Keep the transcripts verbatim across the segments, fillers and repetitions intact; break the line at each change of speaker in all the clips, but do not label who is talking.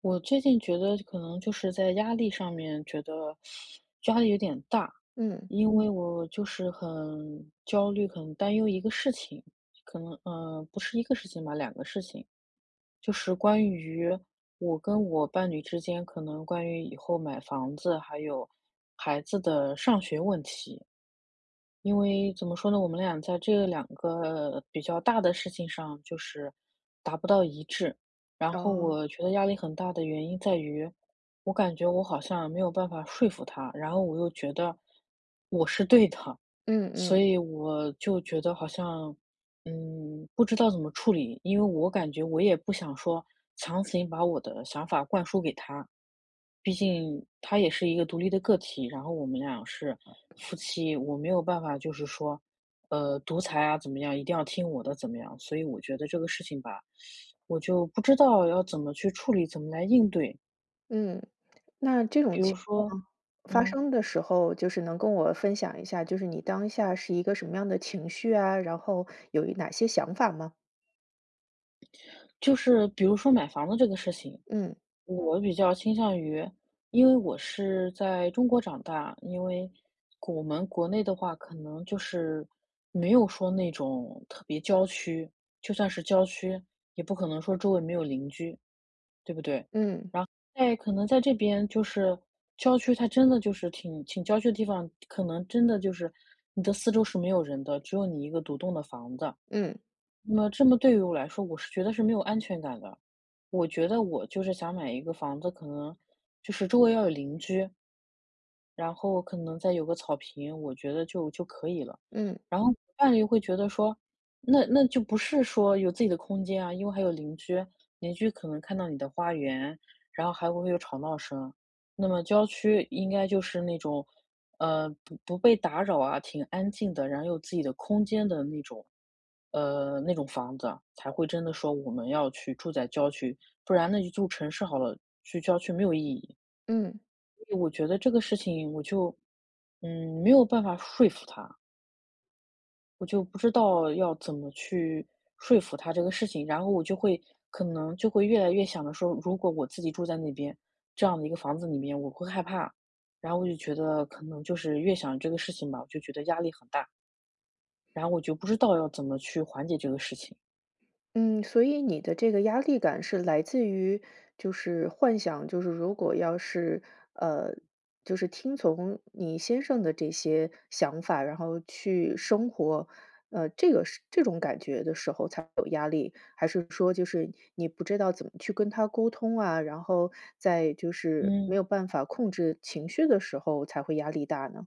我最近觉得可能就是在压力上面觉得压力有点大，
嗯，
因为嗯我就是很焦虑、很担忧一个事情，可能嗯，不是一个事情吧，两个事情，就是关于我跟我伴侣之间可能关于以后买房子还有孩子的上学问题。因为怎么说呢，我们俩在这两个比较大的事情上就是达不到一致。然后
哦，
我觉得压力很大的原因在于，我感觉我好像没有办法说服他，然后我又觉得我是对的，
嗯
所
嗯
以我就觉得好像嗯，不知道怎么处理，因为我感觉我也不想说强行把我的想法灌输给他，毕竟他也是一个独立的个体，然后我们俩是夫妻，我没有办法就是说，呃，独裁啊怎么样，一定要听我的怎么样，所以我觉得这个事情吧，我就不知道要怎么去处理，怎么来应对，
嗯。那这种
比如
情
说。
发
嗯。
生的时候，就是能跟我分享一下，就是你当下是一个什么样的情绪啊，然后有一哪些想法吗？
就是比如说买房子这个事情，
嗯，
我比较倾向于，因为我是在中国长大，因为我们国内的话，可能就是没有说那种特别郊区，就算是郊区，也不可能说周围没有邻居，对不对？
嗯，
然后在可能在这边就是郊区，它真的就是挺挺郊区的地方，可能真的就是你的四周是没有人的，只有你一个独栋的房子。
嗯，
那么这么对于我来说，我是觉得是没有安全感的。我觉得我就是想买一个房子，可能就是周围要有邻居，然后可能再有个草坪，我觉得就就可以了。
嗯，
然后嗯伴侣会觉得说，那那就不是说有自己的空间啊，因为还有邻居，邻居可能看到你的花园，然后还会有吵闹声。那么郊区应该就是那种，呃，不不被打扰啊，挺安静的，然后有自己的空间的那种，呃，那种房子才会真的说我们要去住在郊区，不然那就住城市好了，去郊区没有意义。
嗯。
所以我觉得这个事情我就，嗯，没有办法说服他，我就不知道要怎么去说服他这个事情，然后我就会可能就会越来越想着说，如果我自己住在那边这样的一个房子里面，我会害怕，然后我就觉得可能就是越想这个事情吧，我就觉得压力很大，然后我就不知道要怎么去缓解这个事情。
嗯，所以你的这个压力感是来自于就是幻想，就是如果要是呃，就是听从你先生的这些想法，然后去生活，呃，这个是这种感觉的时候才有压力，还是说就是你不知道怎么去跟他沟通啊，然后在就是没
嗯。
有办法控制情绪的时候才会压力大呢？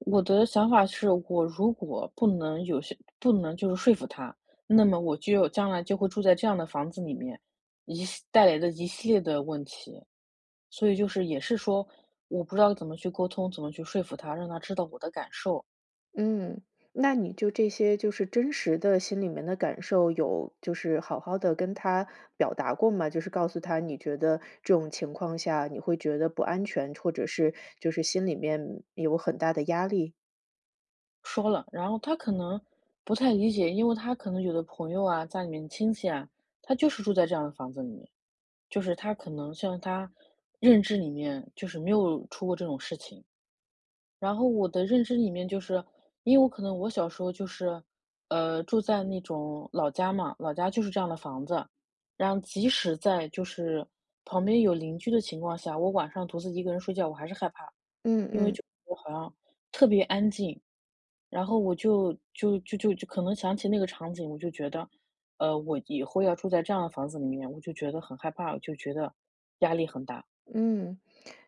我的想法是，我如果不能有些不能就是说服他，那么我就将来就会住在这样的房子里面，一系带来的一系列的问题。所以就是也是说，我不知道怎么去沟通，怎么去说服他，让他知道我的感受，
嗯，那你就这些就是真实的心里面的感受，有就是好好的跟他表达过吗？就是告诉他你觉得这种情况下你会觉得不安全，或者是就是心里面有很大的压力？
说了，然后他可能不太理解，因为他可能有的朋友啊，家里面亲戚啊，他就是住在这样的房子里面，就是他可能像他认知里面就是没有出过这种事情。然后我的认知里面就是，因为我可能我小时候就是，呃，住在那种老家嘛，老家就是这样的房子，然后即使在就是旁边有邻居的情况下，我晚上独自一个人睡觉，我还是害怕，
嗯
因为
嗯
就我好像特别安静，然后我就就就就就可能想起那个场景，我就觉得，呃，我以后要住在这样的房子里面，我就觉得很害怕，我就觉得压力很大。
嗯，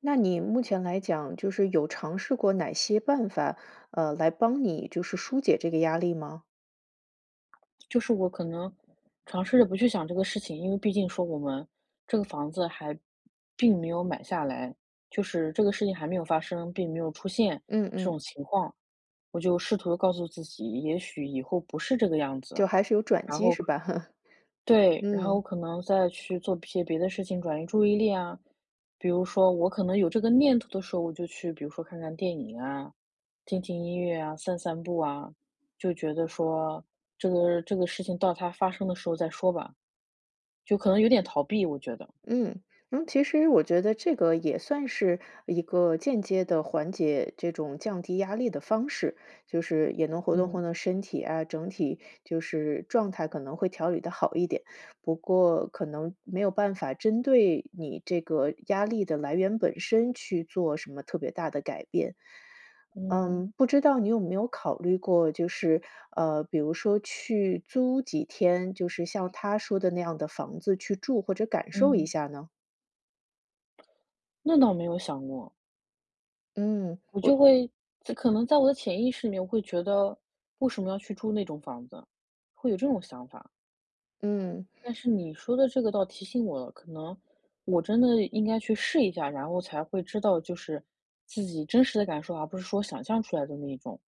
那你目前来讲，就是有尝试过哪些办法，呃，来帮你就是疏解这个压力吗？
就是我可能尝试着不去想这个事情，因为毕竟说我们这个房子还并没有买下来，就是这个事情还没有发生，并没有出现
嗯
这种
嗯，
情况，我就试图告诉自己，也许以后不是这个样子，
就还是有转
然
机
后
是
可
吧？
对，然后
嗯。
可能再去做一些别的事情转移注意力啊，比如说我可能有这个念头的时候，我就去比如说看看电影啊，听听音乐啊，散散步啊，就觉得说这个这个事情到它发生的时候再说吧，就可能有点逃避，我觉得。
嗯嗯，其实我觉得这个也算是一个间接的缓解这种降低压力的方式，就是也能活动活
嗯
动身体啊，整体就是状态可能会调理的好一点。不过可能没有办法针对你这个压力的来源本身去做什么特别大的改变。
嗯
嗯，不知道你有没有考虑过，就是呃，比如说去租几天，就是像他说的那样的房子去住或者感受一
嗯。
下呢？
那倒没有想过，
嗯
我就会这可能在我的潜意识里面，我会觉得为什么要去住那种房子，会有这种想法。
嗯
但是你说的这个倒提醒我了，可能我真的应该去试一下，然后才会知道就是自己真实的感受，而不是说想象出来的那种。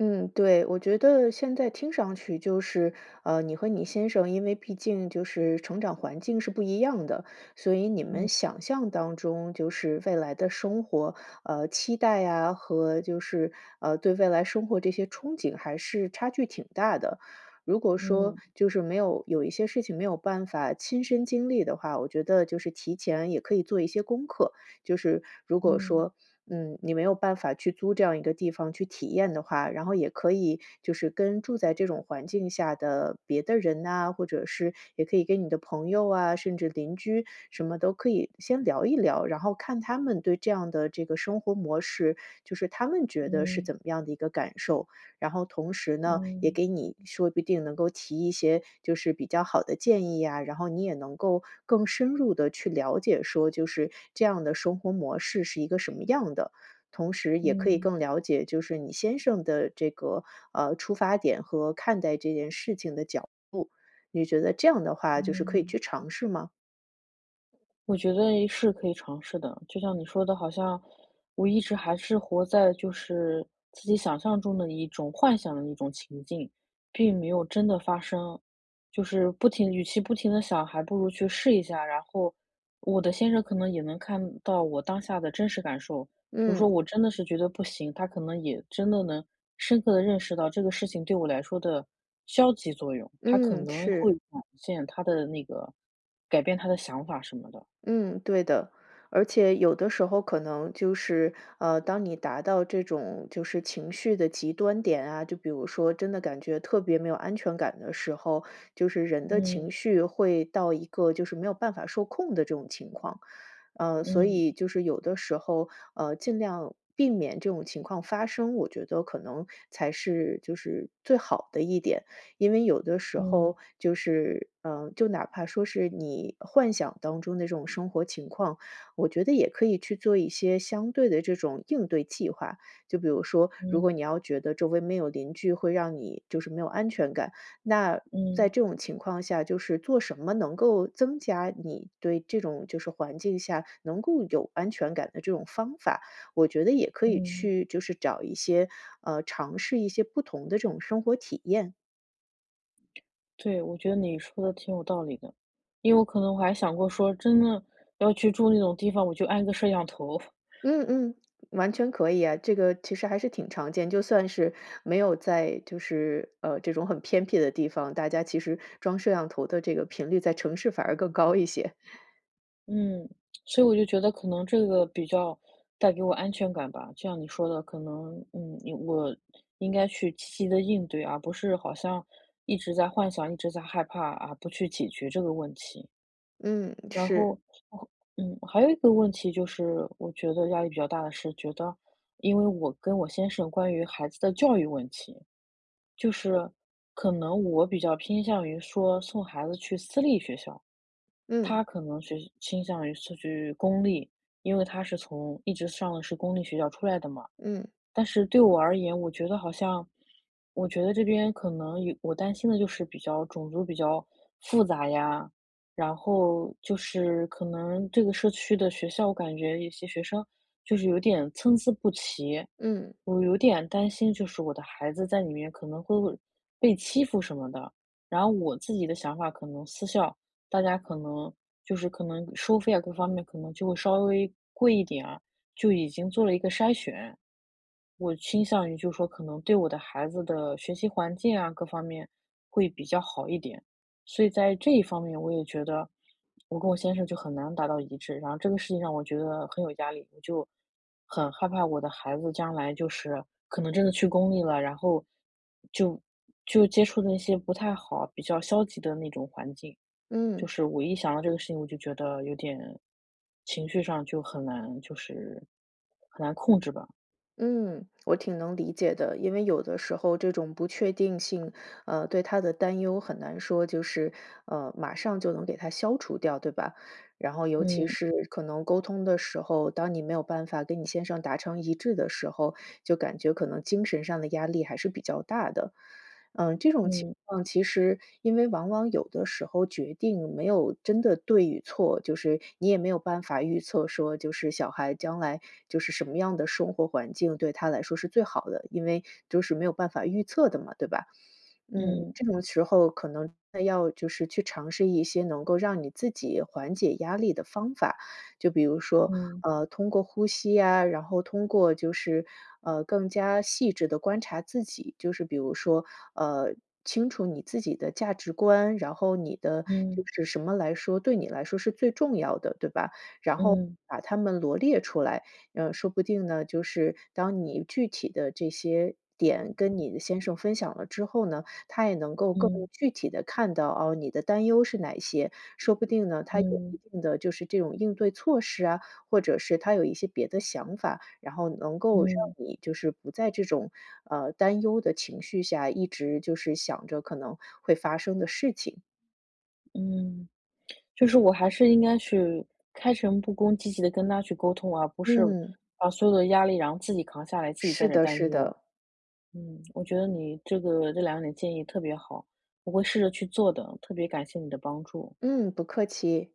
嗯，对，我觉得现在听上去就是，呃，你和你先生，因为毕竟就是成长环境是不一样的，所以你们想象当中就是未来的生活，呃，期待呀和就是呃对未来生活这些憧憬还是差距挺大的。如果说
嗯
就是没有有一些事情没有办法亲身经历的话，我觉得就是提前也可以做一些功课。就是如果
嗯
说嗯，你没有办法去租这样一个地方去体验的话，然后也可以就是跟住在这种环境下的别的人呐，或者是也可以跟你的朋友啊，甚至邻居什么都可以先聊一聊，然后看他们对这样的这个生活模式，就是他们觉得是
嗯
怎么样的一个感受。然后同时呢，也
嗯
给你说不定能够提一些就是比较好的建议呀，然后你也能够更深入的去了解说就是这样的生活模式是一个什么样的。同时也可以
嗯
更了解就是你先生的这个，呃，出发点和看待这件事情的角度，你觉得这样的话
嗯
就是可以
嗯。
去尝试吗？
我觉得是可以尝试的，就像你说的，好像我一直还是活在就是自己想象中的一种幻想的一种情境，并没有真的发生。就是不停，与其不停的想，还不如去试一下。然后我的先生可能也能看到我当下的真实感受，比如
嗯，
说我真的是觉得不行，他可能也真的能深刻的认识到这个事情对我来说的消极作用，他可
嗯，
能会
是。
展现他的那个改变他的想法什么的。
嗯，对的，而且有的时候可能就是，呃，当你达到这种就是情绪的极端点啊，就比如说真的感觉特别没有安全感的时候，就是人的
嗯
情绪会到一个就是没有办法受控的这种情况，呃，所
嗯
以就是有的时候，呃，尽量避免这种情况发生，我觉得可能才是就是最好的一点。因为有的时
嗯
候就是，呃，就哪怕说是你幻想当中的这种生活情况，我觉得也可以去做一些相对的这种应对计划。就比如说，如果
嗯
你要觉得周围没有邻居会让你就是没有安全感，那在
嗯
这种情况下，就是做什么能够增加你对这种就是环境下能够有安全感的这种方法，我觉得也可以
嗯，
去就是找一些，呃，尝试一些不同的这种生活体验。
对，我觉得你说的挺有道理的，因为我可能我还想过说，真的要去住那种地方，我就安个摄像头。
嗯嗯，完全可以啊，这个其实还是挺常见，就算是没有在就是呃这种很偏僻的地方，大家其实装摄像头的这个频率在城市反而更高一些。
嗯。所以我就觉得可能这个比较带给我安全感吧。就像你说的，可能嗯，你我应该去积极的应对，而不是好像一直在幻想，一直在害怕啊，不去解决这个问题。
嗯，
然后，
是，
哦。嗯，还有一个问题就是，我觉得压力比较大的是，觉得因为我跟我先生关于孩子的教育问题，就是可能我比较偏向于说送孩子去私立学校，
嗯
他可能学倾向于是去公立，因为他是从一直上的是公立学校出来的嘛。
嗯
但是对我而言，我觉得好像，我觉得这边可能有我担心的就是比较种族比较复杂呀，然后就是可能这个社区的学校，我感觉有些学生就是有点参差不齐，
嗯
我有点担心，就是我的孩子在里面可能会被欺负什么的。然后我自己的想法，可能私校大家可能就是可能收费啊各方面可能就会稍微贵一点啊，就已经做了一个筛选。我倾向于就说可能对我的孩子的学习环境啊，各方面会比较好一点。所以在这一方面，我也觉得我跟我先生就很难达到一致，然后这个事情让我觉得很有压力，我就很害怕我的孩子将来就是可能真的去公立了，然后就就接触那些不太好、比较消极的那种环境。就
嗯。
是我一想到这个事情，我就觉得有点情绪上就很难，就是很难控制吧。
嗯，我挺能理解的，因为有的时候这种不确定性，呃，对他的担忧很难说就是，呃，马上就能给他消除掉，对吧？然后尤其
嗯
是可能沟通的时候，当你没有办法跟你先生达成一致的时候，就感觉可能精神上的压力还是比较大的。嗯，这种情
嗯
况其实因为往往有的时候决定没有真的对与错，就是你也没有办法预测说，就是小孩将来就是什么样的生活环境对他来说是最好的，因为就是没有办法预测的嘛，对吧？嗯，
嗯
这种时候可能真的要就是去尝试一些能够让你自己缓解压力的方法，就比如说，
嗯
呃，通过呼吸呀，然后通过就是，呃，更加细致的观察自己，就是比如说，呃，清楚你自己的价值观，然后你的就
嗯
是什么来说对你来说是最重要的，对吧？然后
嗯
把它们罗列出来，呃，说不定呢，就是当你具体的这些点跟你的先生分享了之后呢，他也能够更
嗯
具体的看到，哦，你的担忧是哪些，说不定呢，他有
嗯
一定的就是这种应对措施啊，或者是他有一些别的想法，然后能够让
嗯
你就是不在这种，呃，担忧的情绪下，一直就是想着可能会发生的事情。
嗯。就是我还是应该去开诚布公、积极的跟他去沟通，而不是
嗯，
把所有的压力然后自己扛下来，自己在
是
这儿
的
担
是
忧。
的，
嗯，我觉得你这个这两点建议特别好，我会试着去做的，特别感谢你的帮助。
嗯，不客气。